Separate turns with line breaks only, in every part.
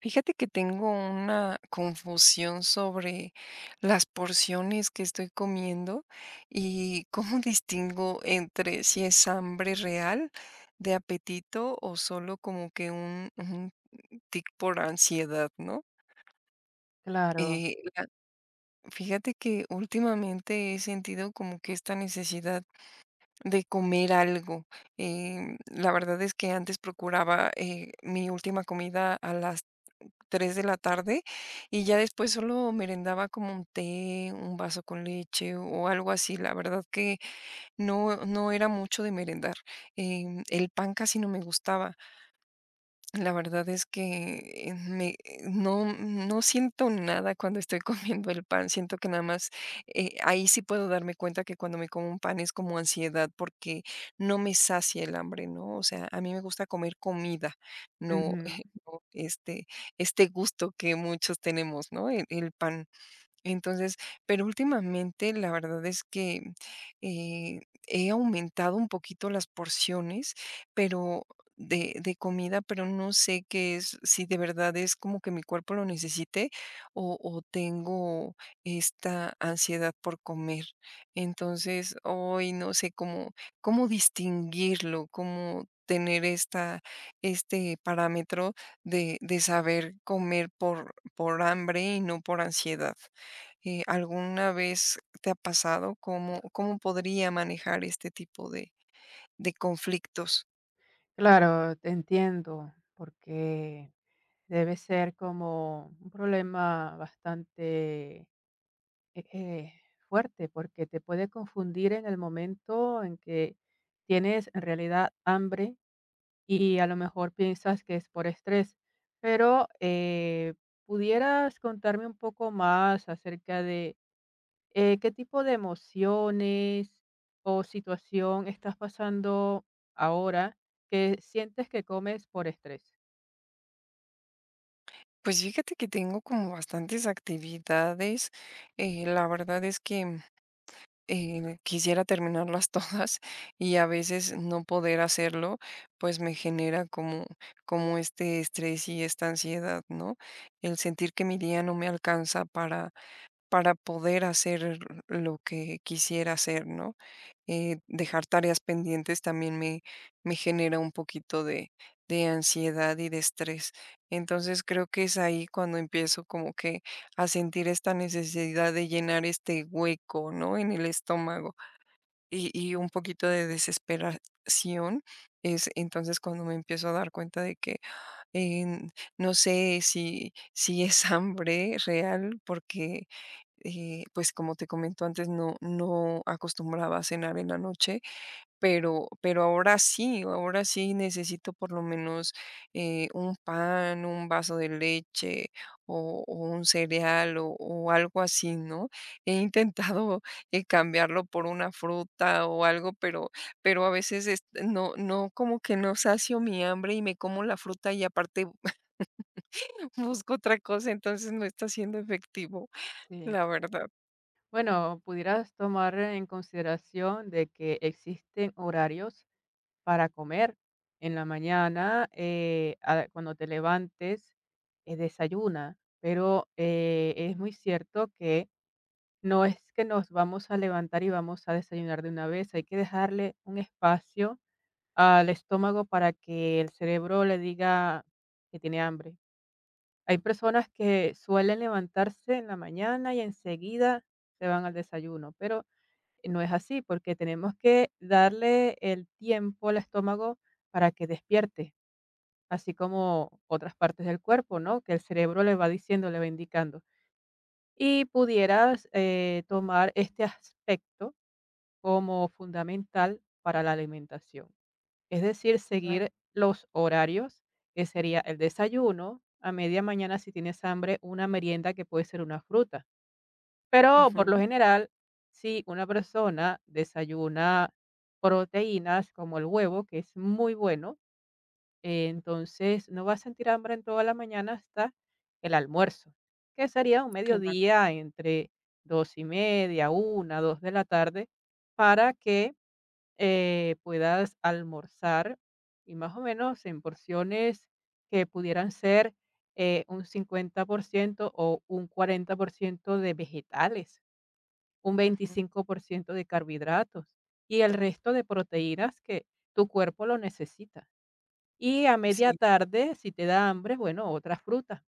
Fíjate que tengo una confusión sobre las porciones que estoy comiendo y cómo distingo entre si es hambre real de apetito o solo como que un tic por ansiedad, ¿no?
Claro,
Eh, la- Fíjate que últimamente he sentido como que esta necesidad de comer algo. La verdad es que antes procuraba mi última comida a las 3 de la tarde, y ya después solo merendaba como un té, un vaso con leche o algo así. La verdad que no era mucho de merendar. El pan casi no me gustaba. La verdad es que me no siento nada cuando estoy comiendo el pan, siento que nada más, ahí sí puedo darme cuenta que cuando me como un pan es como ansiedad, porque no me sacia el hambre, ¿no? O sea, a mí me gusta comer comida, no
ujú,
no, este gusto que muchos tenemos, ¿no? El pan. Entonces, pero últimamente la verdad es que, eh, he aumentado un poquito las porciones, pero de comida, pero no sé qué es, si de verdad es como que mi cuerpo lo necesite o tengo esta ansiedad por comer. Entonces, hoy no sé cómo distinguirlo, cómo tener esta este parámetro de saber comer por hambre y no por ansiedad. ¿Alguna vez te ha pasado? ¿Cómo podría manejar este tipo de conflictos?
claro, te entiendo, porque debe ser como un problema bastante eh, eh, fuerte, porque te puede confundir en el momento en que tienes en realidad hambre y a lo mejor piensas que es por estrés, pero ¿pudieras contarme un poco más acerca de qué tipo de emociones o situación estás pasando ahora que sientes que comes por estrés?
Pues fíjate que tengo como bastantes actividades, la verdad es que, quisiera terminarlas todas y a veces no poder hacerlo, pues me genera como este estrés y esta ansiedad, ¿no? El sentir que mi día no me alcanza para poder hacer lo que quisiera hacer, ¿no? Dejar tareas pendientes también me genera un poquito de ansiedad y de estrés. Entonces creo que es ahí cuando empiezo como que a sentir esta necesidad de llenar este hueco, ¿no? En el estómago y un poquito de desesperación. Es entonces cuando me empiezo a dar cuenta de que en- no sé si es hambre real, porque pues como te comento antes, no, no acostumbraba a cenar en la noche pero ahora sí necesito por lo menos, un pan, un vaso de leche o un cereal o algo así, ¿no? He intentado, cambiarlo por una fruta o algo, pero a veces, este, no como que no sacio mi hambre y me como la fruta y aparte busco otra cosa, entonces no está siendo efectivo,
Sí.
la verdad.
Bueno, pudieras tomar en consideración de que existen horarios para comer. En la mañana, cuando te levantes, desayuna, pero es muy cierto que no es que nos vamos a levantar y vamos a desayunar de una vez, hay que dejarle un espacio al estómago para que el cerebro le diga que tiene hambre. Hay personas que suelen levantarse en la mañana y enseguida se van al desayuno, pero no es así porque tenemos que darle el tiempo al estómago para que despierte, así como otras partes del cuerpo, ¿no? Que el cerebro le va diciendo, le va indicando. Y pudieras tomar este aspecto como fundamental para la alimentación. Es decir,
La
seguir los horarios, que sería el desayuno, a media mañana si tienes hambre, una merienda que puede ser una fruta. Pero por lo
ujú,
general, si una persona desayuna proteínas como el huevo, que es muy bueno, entonces no va a sentir hambre en toda la mañana hasta el almuerzo, que sería un
claro,
mediodía entre dos y media, una, dos de la tarde, para que puedas almorzar y más o menos en porciones que pudieran ser un 50% o un 40% de vegetales, un
ujú,
25% de carbohidratos y el resto de proteínas que tu cuerpo lo necesita. Y a media
sí.
tarde, si te da hambre, bueno, otra fruta,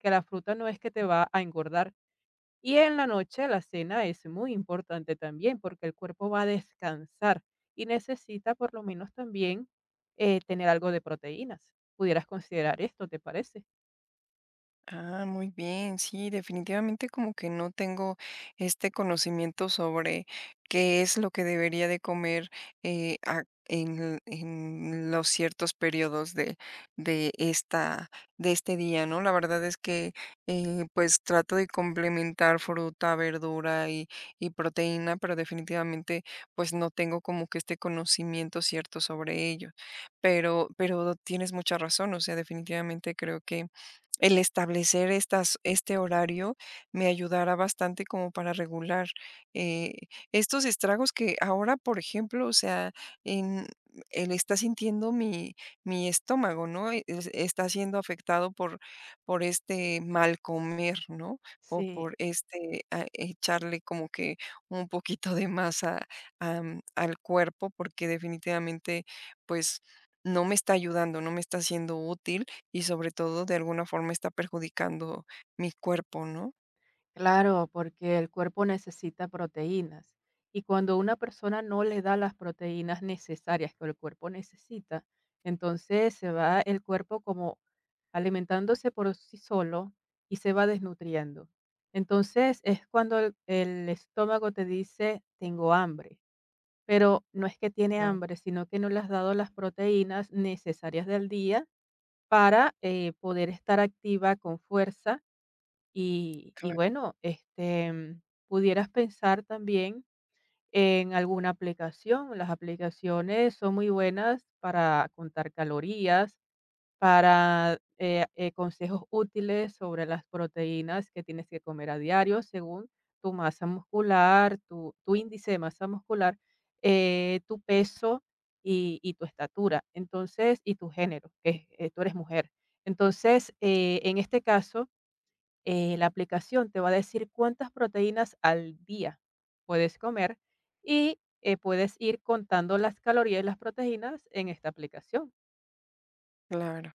que la fruta no es que te va a engordar, y en la noche la cena es muy importante también porque el cuerpo va a descansar y necesita por lo menos también tener algo de proteínas. ¿Pudieras considerar esto, te parece?
Ah, muy bien, sí, definitivamente como que no tengo este conocimiento sobre qué es lo que debería de comer eh, a- en los ciertos periodos de esta, de este día, ¿no? La verdad es que pues trato de complementar fruta, verdura y proteína, pero definitivamente pues no tengo como que este conocimiento cierto sobre ello. Pero tienes mucha razón, o sea, definitivamente creo que el establecer estas este horario me ayudará bastante como para regular, eh, estos estragos que ahora, por ejemplo, o sea, en él está sintiendo mi estómago, ¿no? E es está siendo afectado por este mal comer, ¿no? O
Sí.
por este, ah, echarle como que un poquito de masa am, al cuerpo, porque definitivamente, pues, no me está ayudando, no me está siendo útil y sobre todo de alguna forma está perjudicando mi cuerpo, ¿no?
Claro, porque el cuerpo necesita proteínas y cuando una persona no le da las proteínas necesarias que el cuerpo necesita, entonces se va el cuerpo como alimentándose por sí solo y se va desnutriendo. Entonces es cuando el estómago te dice, tengo hambre, pero no es que tiene
Ah,
hambre, sino que no le has dado las proteínas necesarias del día para poder estar activa con fuerza y
claro.
bueno, este, mm, pudieras pensar también en alguna aplicación. Las aplicaciones son muy buenas para contar calorías, para consejos útiles sobre las proteínas que tienes que comer a diario según tu masa muscular, tu índice de masa muscular, tu peso y tu estatura, entonces, y tu género, que tú eres mujer. Entonces, en este caso, la aplicación te va a decir cuántas proteínas al día puedes comer y puedes ir contando las calorías y las proteínas en esta aplicación.
Claro.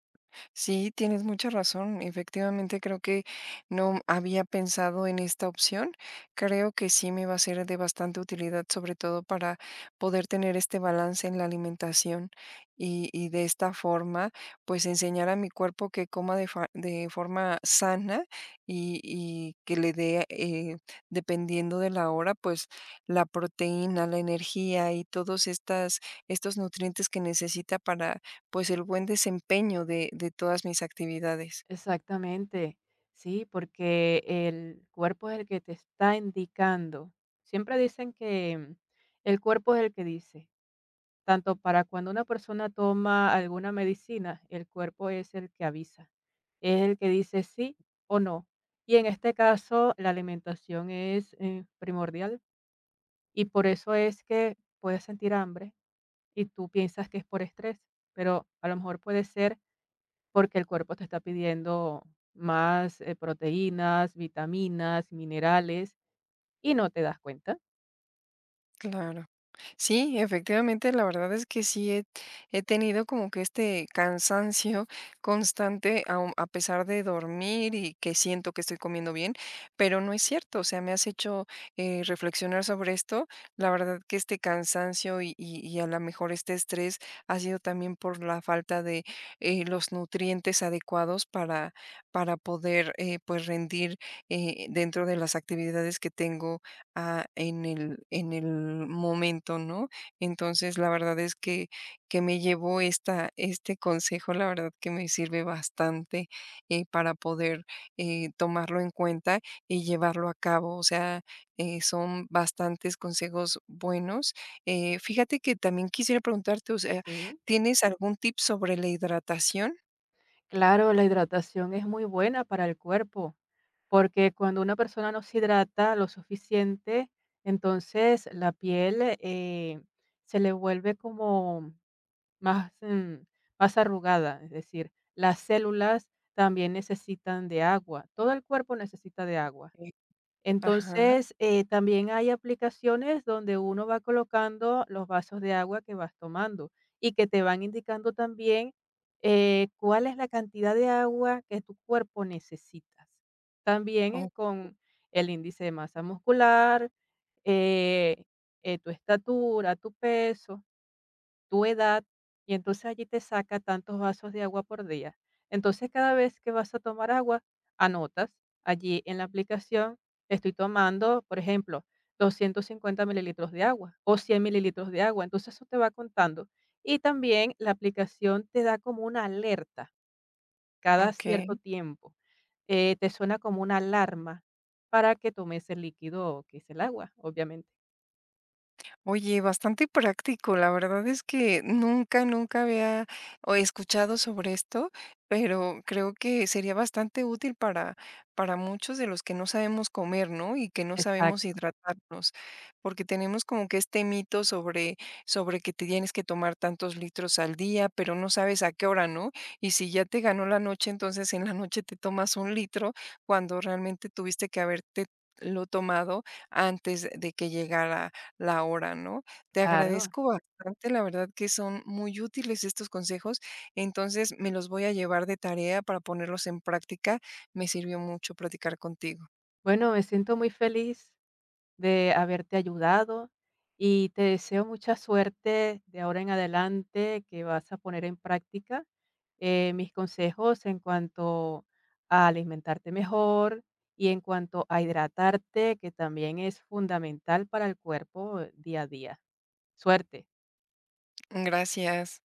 Sí, tienes mucha razón. Efectivamente, creo que no había pensado en esta opción. Creo que sí me va a ser de bastante utilidad, sobre todo para poder tener este balance en la alimentación y de esta forma, pues enseñar a mi cuerpo que coma de forma sana y que le dé, dependiendo de la hora, pues la proteína, la energía y estos nutrientes que necesita para pues el buen desempeño de todas mis actividades.
Exactamente, sí, porque el cuerpo es el que te está indicando. Siempre dicen que el cuerpo es el que dice. Tanto para cuando una persona toma alguna medicina, el cuerpo es el que avisa, es el que dice sí o no. Y en este caso, la alimentación es, primordial, y por eso es que puedes sentir hambre y tú piensas que es por estrés, pero a lo mejor puede ser porque el cuerpo te está pidiendo más, proteínas, vitaminas, minerales, y no te das cuenta.
Claro. Sí, efectivamente, la verdad es que sí he, he tenido como que este cansancio constante pesar de dormir y que siento que estoy comiendo bien, pero no es cierto, o sea, me has hecho reflexionar sobre esto. La verdad que este cansancio y a lo mejor este estrés ha sido también por la falta de los nutrientes adecuados para poder pues rendir dentro de las actividades que tengo ah, en el momento, ¿no? Entonces, la verdad es que me llevo esta este consejo, la verdad que me sirve bastante, para poder, tomarlo en cuenta y llevarlo a cabo. O sea, son bastantes consejos buenos. Fíjate que también quisiera preguntarte, o sea,
Sí.
¿tienes algún tip sobre la hidratación?
Claro, la hidratación es muy buena para el cuerpo. Porque cuando una persona no se hidrata lo suficiente, entonces la piel, se le vuelve como más, mm, más arrugada, es decir, las células también necesitan de agua, todo el cuerpo necesita de agua.
Sí. Ajá,
Entonces, también hay aplicaciones donde uno va colocando los vasos de agua que vas tomando y que te van indicando también cuál es la cantidad de agua que tu cuerpo necesitas. También
o
con el índice de masa muscular, eh, tu estatura, tu peso tu edad, y entonces allí te saca tantos vasos de agua por día. Entonces, cada vez que vas a tomar agua, anotas allí en la aplicación, estoy tomando, por ejemplo, 250 mililitros de agua o 100 mililitros de agua. Entonces, eso te va contando. Y también la aplicación te da como una alerta cada cierto
okey.
tiempo. Te suena como una alarma para que tomes el líquido que es el agua, obviamente.
Oye, bastante práctico. La verdad es que nunca, nunca había o escuchado sobre esto, pero creo que sería bastante útil para muchos de los que no sabemos comer, ¿no? Y que no sabemos
Exacto,
hidratarnos, porque tenemos como que este mito sobre, sobre que te tienes que tomar tantos litros al día, pero no sabes a qué hora, ¿no? Y si ya te ganó la noche, entonces en la noche te tomas un litro cuando realmente tuviste que haberte lo tomado antes de que llegara la hora, ¿no? Te
claro.
agradezco bastante, la verdad que son muy útiles estos consejos, entonces me los voy a llevar de tarea para ponerlos en práctica. Me sirvió mucho platicar contigo.
Bueno, me siento muy feliz de haberte ayudado y te deseo mucha suerte de ahora en adelante que vas a poner en práctica mis consejos en cuanto a alimentarte mejor y en cuanto a hidratarte, que también es fundamental para el cuerpo día a día. Suerte.
Gracias.